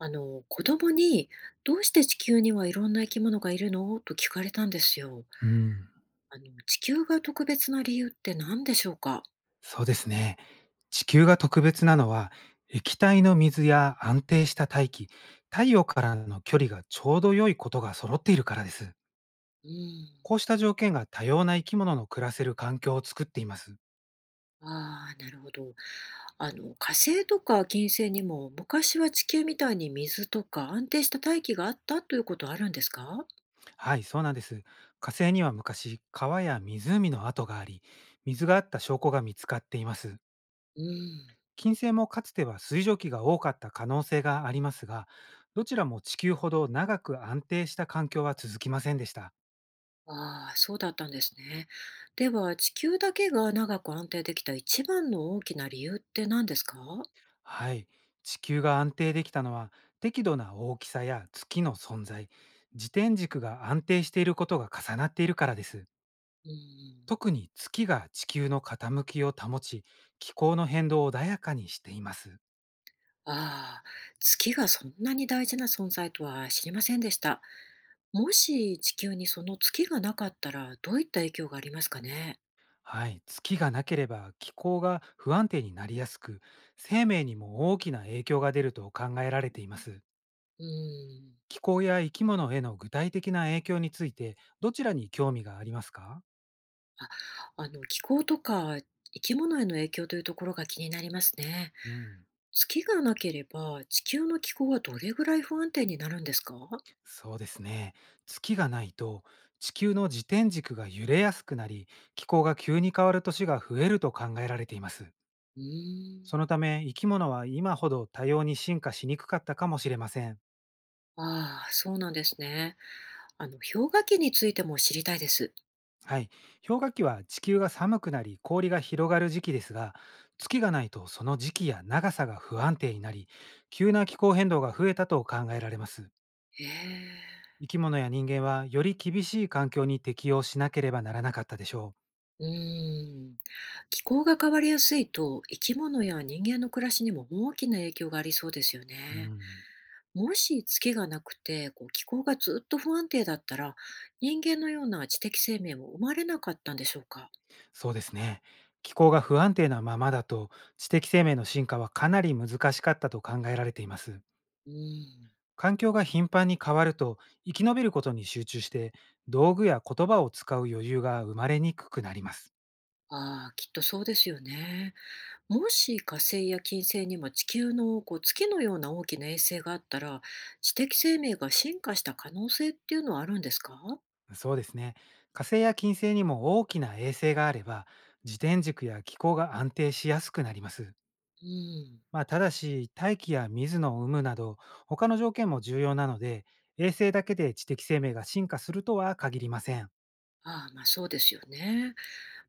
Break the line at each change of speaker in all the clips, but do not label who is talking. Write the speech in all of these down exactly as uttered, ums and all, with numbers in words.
あの、子供に、どうして地球にはいろんな生き物がいるのと聞かれたんですよ。
うん、
あの、地球が特別な理由って何でしょうか？
そうですね。地球が特別なのは、液体の水や安定した大気、太陽からの距離がちょうど良いことが揃っているからです。
うん。
こうした条件が多様な生き物の暮らせる環境を作っています。
ああ、なるほど。あの、火星とか金星にも昔は地球みたいに水とか安定した大気があったということあるんですか？
はい、そうなんです。火星には昔、川や湖の跡があり、水があった証拠が見つかっています。
うん。
金星もかつては水蒸気が多かった可能性がありますが、どちらも地球ほど長く安定した環境は続きませんでした。
ああ、そうだったんですね。では、地球だけが長く安定できた一番の大きな理由って何ですか？
はい。地球が安定できたのは、適度な大きさや月の存在、自転軸が安定していることが重なっているからです。
うん。
特に月が地球の傾きを保ち、気候の変動を穏やかにしています。
ああ、月がそんなに大事な存在とは知りませんでした。もし地球にその月がなかったらどういった影響がありますかね。
はい。月がなければ気候が不安定になりやすく、生命にも大きな影響が出ると考えられています。
うん。
気候や生き物への具体的な影響について、どちらに興味がありますか？
あ、あの気候とか生き物への影響というところが気になりますね。
うん。
月がなければ地球の気候はどれぐらい不安定になるんですか？
そうですね。月がないと、地球の自転軸が揺れやすくなり、気候が急に変わる年が増えると考えられています。
うーん。
そのため、生き物は今ほど多様に進化しにくかったかもしれません。
ああ、そうなんですね。あの氷河期についても知りたいです。
はい。氷河期は地球が寒くなり氷が広がる時期ですが、月がないとその時期や長さが不安定になり、急な気候変動が増えたと考えられます。
へえ。
生き物や人間はより厳しい環境に適応しなければならなかったでしょ
うーん。気候が変わりやすいと、生き物や人間の暮らしにも大きな影響がありそうですよ
う。う
ね。
ん。
もし月がなくて、こう気候がずっと不安定だったら、人間のような知的生命も生まれなかったんでしょうか。
そうですね。気候が不安定なままだと、知的生命の進化はかなり難しかったと考えられています。
うん。
環境が頻繁に変わると、生き延びることに集中して、道具や言葉を使う余裕が生まれにくくなります。
ああ、きっとそうですよね。もし火星や金星にも地球のこう月のような大きな衛星があったら、知的生命が進化した可能性っていうのはあるんですか？
そうですね。火星や金星にも大きな衛星があれば、自転軸や気候が安定しやすくなります。
うん。
まあ、ただし大気や水の有無など、他の条件も重要なので、衛星だけで知的生命が進化するとは限りません。
ああ、まあそうですよね。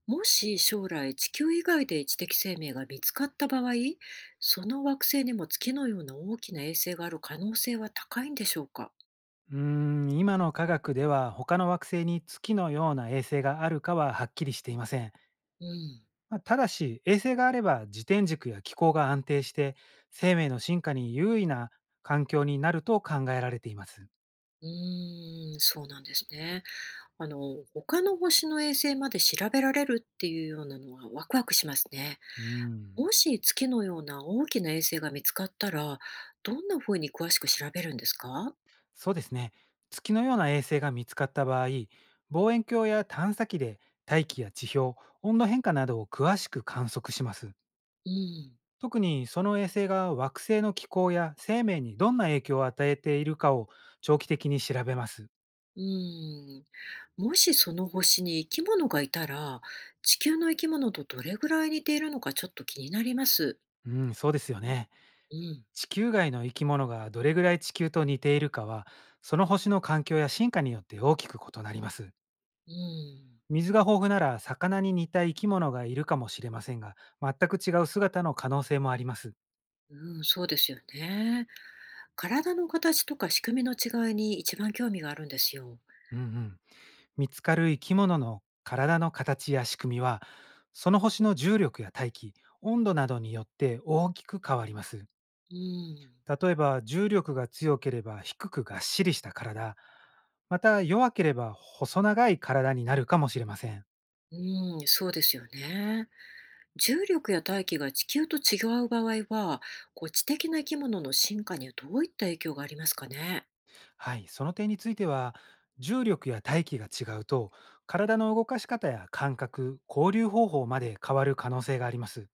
もし将来地球以外で知的生命が見つかった場合、その惑星にも月のような大きな衛星がある可能性は高いんでしょうか？
うーん、今の科学では他の惑星に月のような衛星があるかははっきりしていません。
うん。
まあ、ただし衛星があれば自転軸や気候が安定して、生命の進化に優位な環境になると考えられています。
うーん、そうなんですね。あの、他の星の衛星まで調べられるっていうようなのはワクワクしますね。
うーん、
もし月のような大きな衛星が見つかったら、どんな風に詳しく調べるんですか？
そうですね。月のような衛星が見つかった場合、望遠鏡や探査機で大気や地表、温度変化などを詳しく観測します。
うん。
特にその衛星が惑星の気候や生命にどんな影響を与えているかを、長期的に調べます。
うーん。もしその星に生き物がいたら、地球の生き物とどれぐらい似ているのかちょっと気になります。
うん、そうですよね。
うん。
地球外の生き物がどれぐらい地球と似ているかは、その星の環境や進化によって大きく異なります。
うん。
水が豊富なら魚に似た生き物がいるかもしれませんが、全く違う姿の可能性もあります。
うん、そうですよね。体の形とか仕組みの違いに一番興味があるんですよ。
うんうん。見つかる生き物の体の形や仕組みは、その星の重力や大気、温度などによって大きく変わります。
うん。
例えば重力が強ければ低くがっしりした体、また弱ければ細長い体になるかもしれません。
うん、そうですよね。重力や大気が地球と違う場合は、こう知的な生き物の進化にはどういった影響がありますかね。
はい、その点については、重力や大気が違うと、体の動かし方や感覚、交流方法まで変わる可能性があります。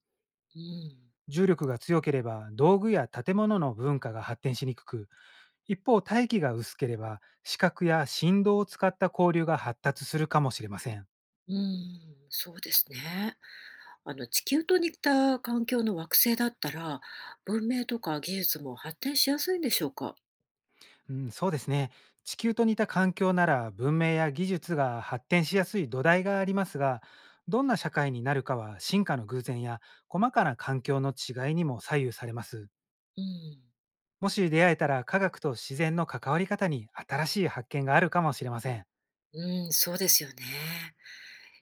うん。
重力が強ければ道具や建物の文化が発展しにくく、一方大気が薄ければ視覚や振動を使った交流が発達するかもしれません。
うん、そうですね。あの地球と似た環境の惑星だったら、文明とか技術も発展しやすいんでしょうか？
うん、そうですね。地球と似た環境なら文明や技術が発展しやすい土台がありますが、どんな社会になるかは進化の偶然や細かな環境の違いにも左右されます。
うん、
もし出会えたら、科学と自然の関わり方に新しい発見があるかもしれません。
うん、そうですよね。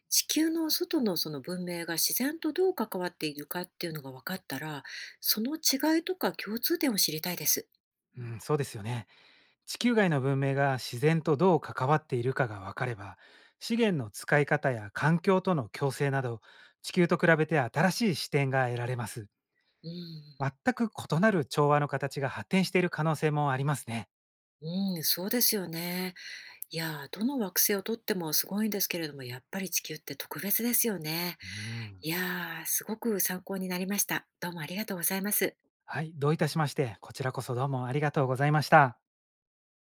地球の外のその文明が自然とどう関わっているかっていうのが分かったら、その違いとか共通点を知りたいです。
うん、そうですよね。地球外の文明が自然とどう関わっているかが分かれば、資源の使い方や環境との共生など、地球と比べて新しい視点が得られます。
うん、
全く異なる調和の形が発展している可能性もありますね。
うん、そうですよね。いやー、どの惑星をとってもすごいんですけれども、やっぱり地球って特別ですよね。
うん。
いやー、すごく参考になりました。どうもありがとうございます。
はい、どういたしまして、こちらこそどうもありがとうございました。